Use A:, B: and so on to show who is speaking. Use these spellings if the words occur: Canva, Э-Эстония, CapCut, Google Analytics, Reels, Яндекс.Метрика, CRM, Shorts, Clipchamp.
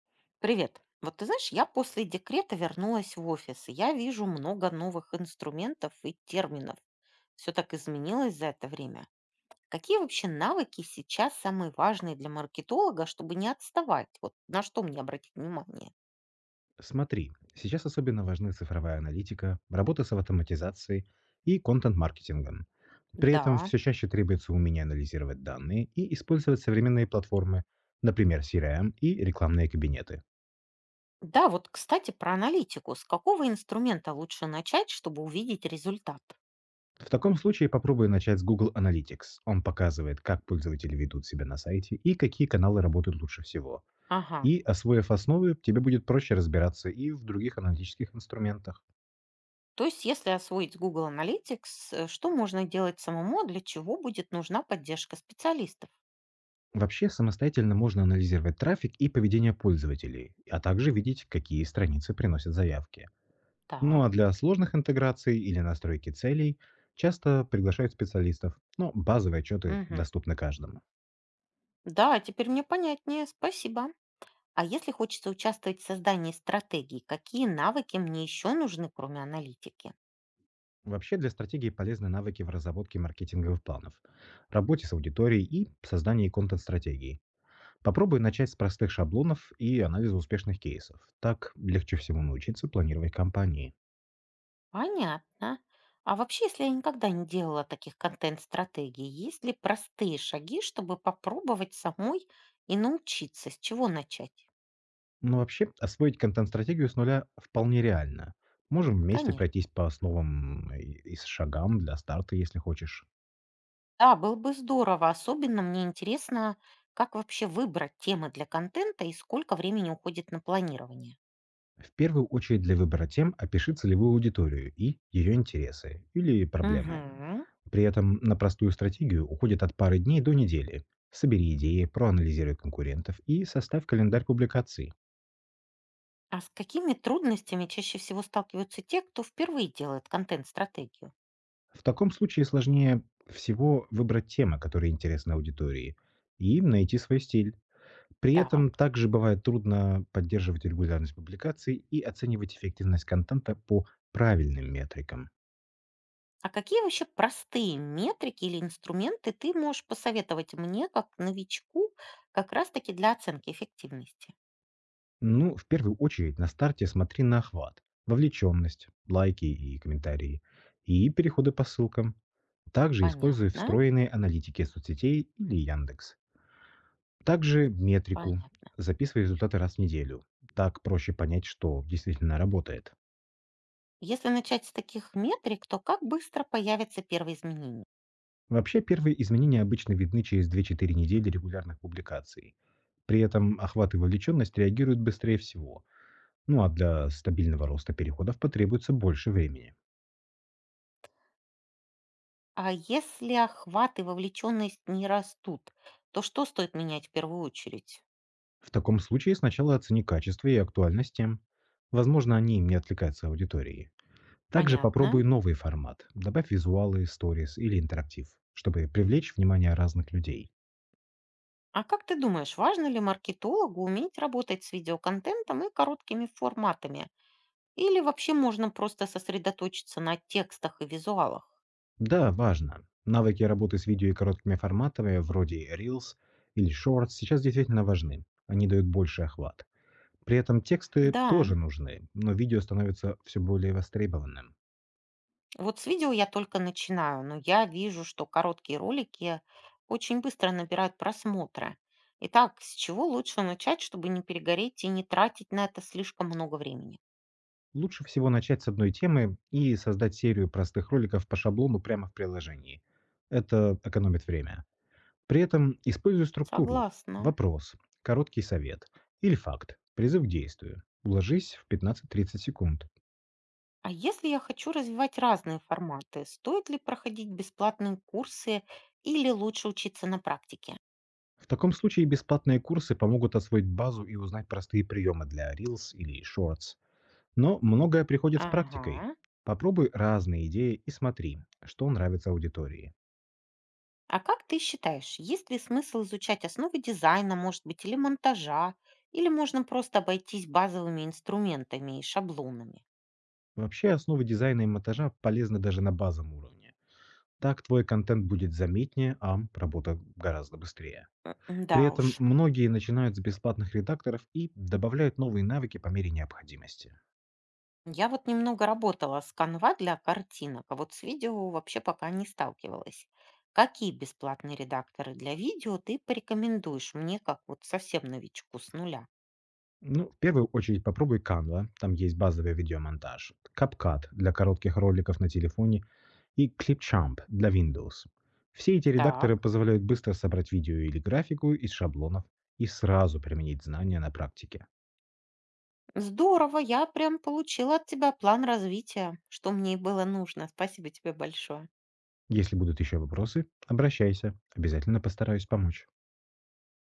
A: Привет. Вот ты знаешь, я после декрета вернулась в офис, и я вижу много новых инструментов и терминов. Все так изменилось за это время. Какие вообще навыки сейчас самые важные для маркетолога, чтобы не отставать? Вот на что мне обратить внимание?
B: Смотри, сейчас особенно важны цифровая аналитика, работа с автоматизацией и контент-маркетингом. При этом
A: Да.
B: все чаще требуется умение анализировать данные и использовать современные платформы, например, CRM и рекламные кабинеты.
A: Да, вот, кстати, про аналитику. С какого инструмента лучше начать, чтобы увидеть результат?
B: В таком случае попробуй начать с Google Analytics. Он показывает, как пользователи ведут себя на сайте и какие каналы работают лучше всего.
A: Ага.
B: И, освоив основы, тебе будет проще разбираться и в других аналитических инструментах.
A: То есть, если освоить Google Analytics, что можно делать самому, а для чего будет нужна поддержка специалистов?
B: Вообще, самостоятельно можно анализировать трафик и поведение пользователей, а также видеть, какие страницы приносят заявки. Ну а
A: Так.
B: для сложных интеграций или настройки целей часто приглашают специалистов, но базовые отчеты
A: Мгм.
B: доступны каждому.
A: Да, теперь мне понятнее, спасибо. А если хочется участвовать в создании стратегий, какие навыки мне еще нужны, кроме аналитики?
B: Вообще для стратегии полезны навыки в разработке маркетинговых планов, работе с аудиторией и создании контент-стратегий. Попробуй начать с простых шаблонов и анализа успешных кейсов. Так легче всего научиться планировать кампании.
A: Понятно. А вообще, если я никогда не делала таких контент-стратегий, есть ли простые шаги, чтобы попробовать самой и научиться, с чего начать?
B: Но вообще освоить контент-стратегию с нуля вполне реально. Можем вместе пройтись
A: Конечно.
B: по основам и с шагам для старта, если хочешь.
A: Да, было бы здорово. Особенно мне интересно, как вообще выбрать темы для контента и сколько времени уходит на планирование.
B: В первую очередь для выбора тем опиши целевую аудиторию и ее интересы или проблемы.
A: Мгм.
B: При этом на простую стратегию уходит от пары дней до недели. Собери идеи, проанализируй конкурентов и составь календарь публикаций.
A: А с какими трудностями чаще всего сталкиваются те, кто впервые делает контент-стратегию?
B: В таком случае сложнее всего выбрать темы, которые интересны аудитории, и найти свой стиль. При этом
A: Так.
B: также бывает трудно поддерживать регулярность публикаций и оценивать эффективность контента по правильным метрикам.
A: А какие вообще простые метрики или инструменты ты можешь посоветовать мне, как новичку, как раз-таки для оценки эффективности?
B: Ну, в первую очередь на старте смотри на охват, вовлеченность, лайки и комментарии, и переходы по ссылкам. Также используй
A: Понятно,
B: встроенные аналитики соцсетей или Яндекс. Также метрику.
A: понятно.
B: Записывай результаты раз в неделю. Так проще понять, что действительно работает.
A: Если начать с таких метрик, то как быстро появятся первые изменения?
B: Вообще, первые изменения обычно видны через 2-4 недели регулярных публикаций. При этом охват и вовлеченность реагируют быстрее всего. Ну а для стабильного роста переходов потребуется больше времени.
A: А если охват и вовлеченность не растут, то что стоит менять в первую очередь?
B: В таком случае сначала оцени качество и актуальность тем. Возможно, они не отвлекаются от аудитории. Также попробуй
A: Понятно.
B: новый формат. Добавь визуалы, сторис или интерактив, чтобы привлечь внимание разных людей.
A: А как ты думаешь, важно ли маркетологу уметь работать с видеоконтентом и короткими форматами? Или вообще можно просто сосредоточиться на текстах и визуалах?
B: Да, важно. Навыки работы с видео и короткими форматами, вроде Reels или Shorts, сейчас действительно важны. Они дают больший охват. При этом тексты
A: Да,
B: тоже нужны, но видео становится все более востребованным.
A: вот с видео я только начинаю, но я вижу, что короткие ролики очень быстро набирают просмотры. Итак, с чего лучше начать, чтобы не перегореть и не тратить на это слишком много времени?
B: Лучше всего начать с одной темы и создать серию простых роликов по шаблону прямо в приложении. Это экономит время. При этом используй структуру.
A: Согласна.
B: Вопрос, короткий совет или факт, призыв к действию. Уложись в 15-30 секунд.
A: А если я хочу развивать разные форматы, стоит ли проходить бесплатные курсы или лучше учиться на практике?
B: В таком случае бесплатные курсы помогут освоить базу и узнать простые приемы для Reels или Shorts. Но многое приходит с практикой.
A: Ага.
B: Попробуй разные идеи и смотри, что нравится аудитории.
A: А как ты считаешь, есть ли смысл изучать основы дизайна, может быть, или монтажа, или можно просто обойтись базовыми инструментами и шаблонами?
B: Вообще основы дизайна и монтажа полезны даже на базовом уровне. Так твой контент будет заметнее, а работа гораздо быстрее.
A: М, да
B: При
A: уж.
B: этом многие начинают с бесплатных редакторов и добавляют новые навыки по мере необходимости.
A: Я вот немного работала с канва для картинок, а вот с видео вообще пока не сталкивалась. Какие бесплатные редакторы для видео ты порекомендуешь мне, как вот совсем новичку с нуля?
B: Ну, в первую очередь попробуй Canva, там есть базовый видеомонтаж, CapCut для коротких роликов на телефоне и Clipchamp для Windows. Все эти редакторы
A: Так.
B: позволяют быстро собрать видео или графику из шаблонов и сразу применить знания на практике.
A: Здорово, я прям получила от тебя план развития, что мне и было нужно. Спасибо тебе большое.
B: Если будут еще вопросы, обращайся, обязательно постараюсь помочь.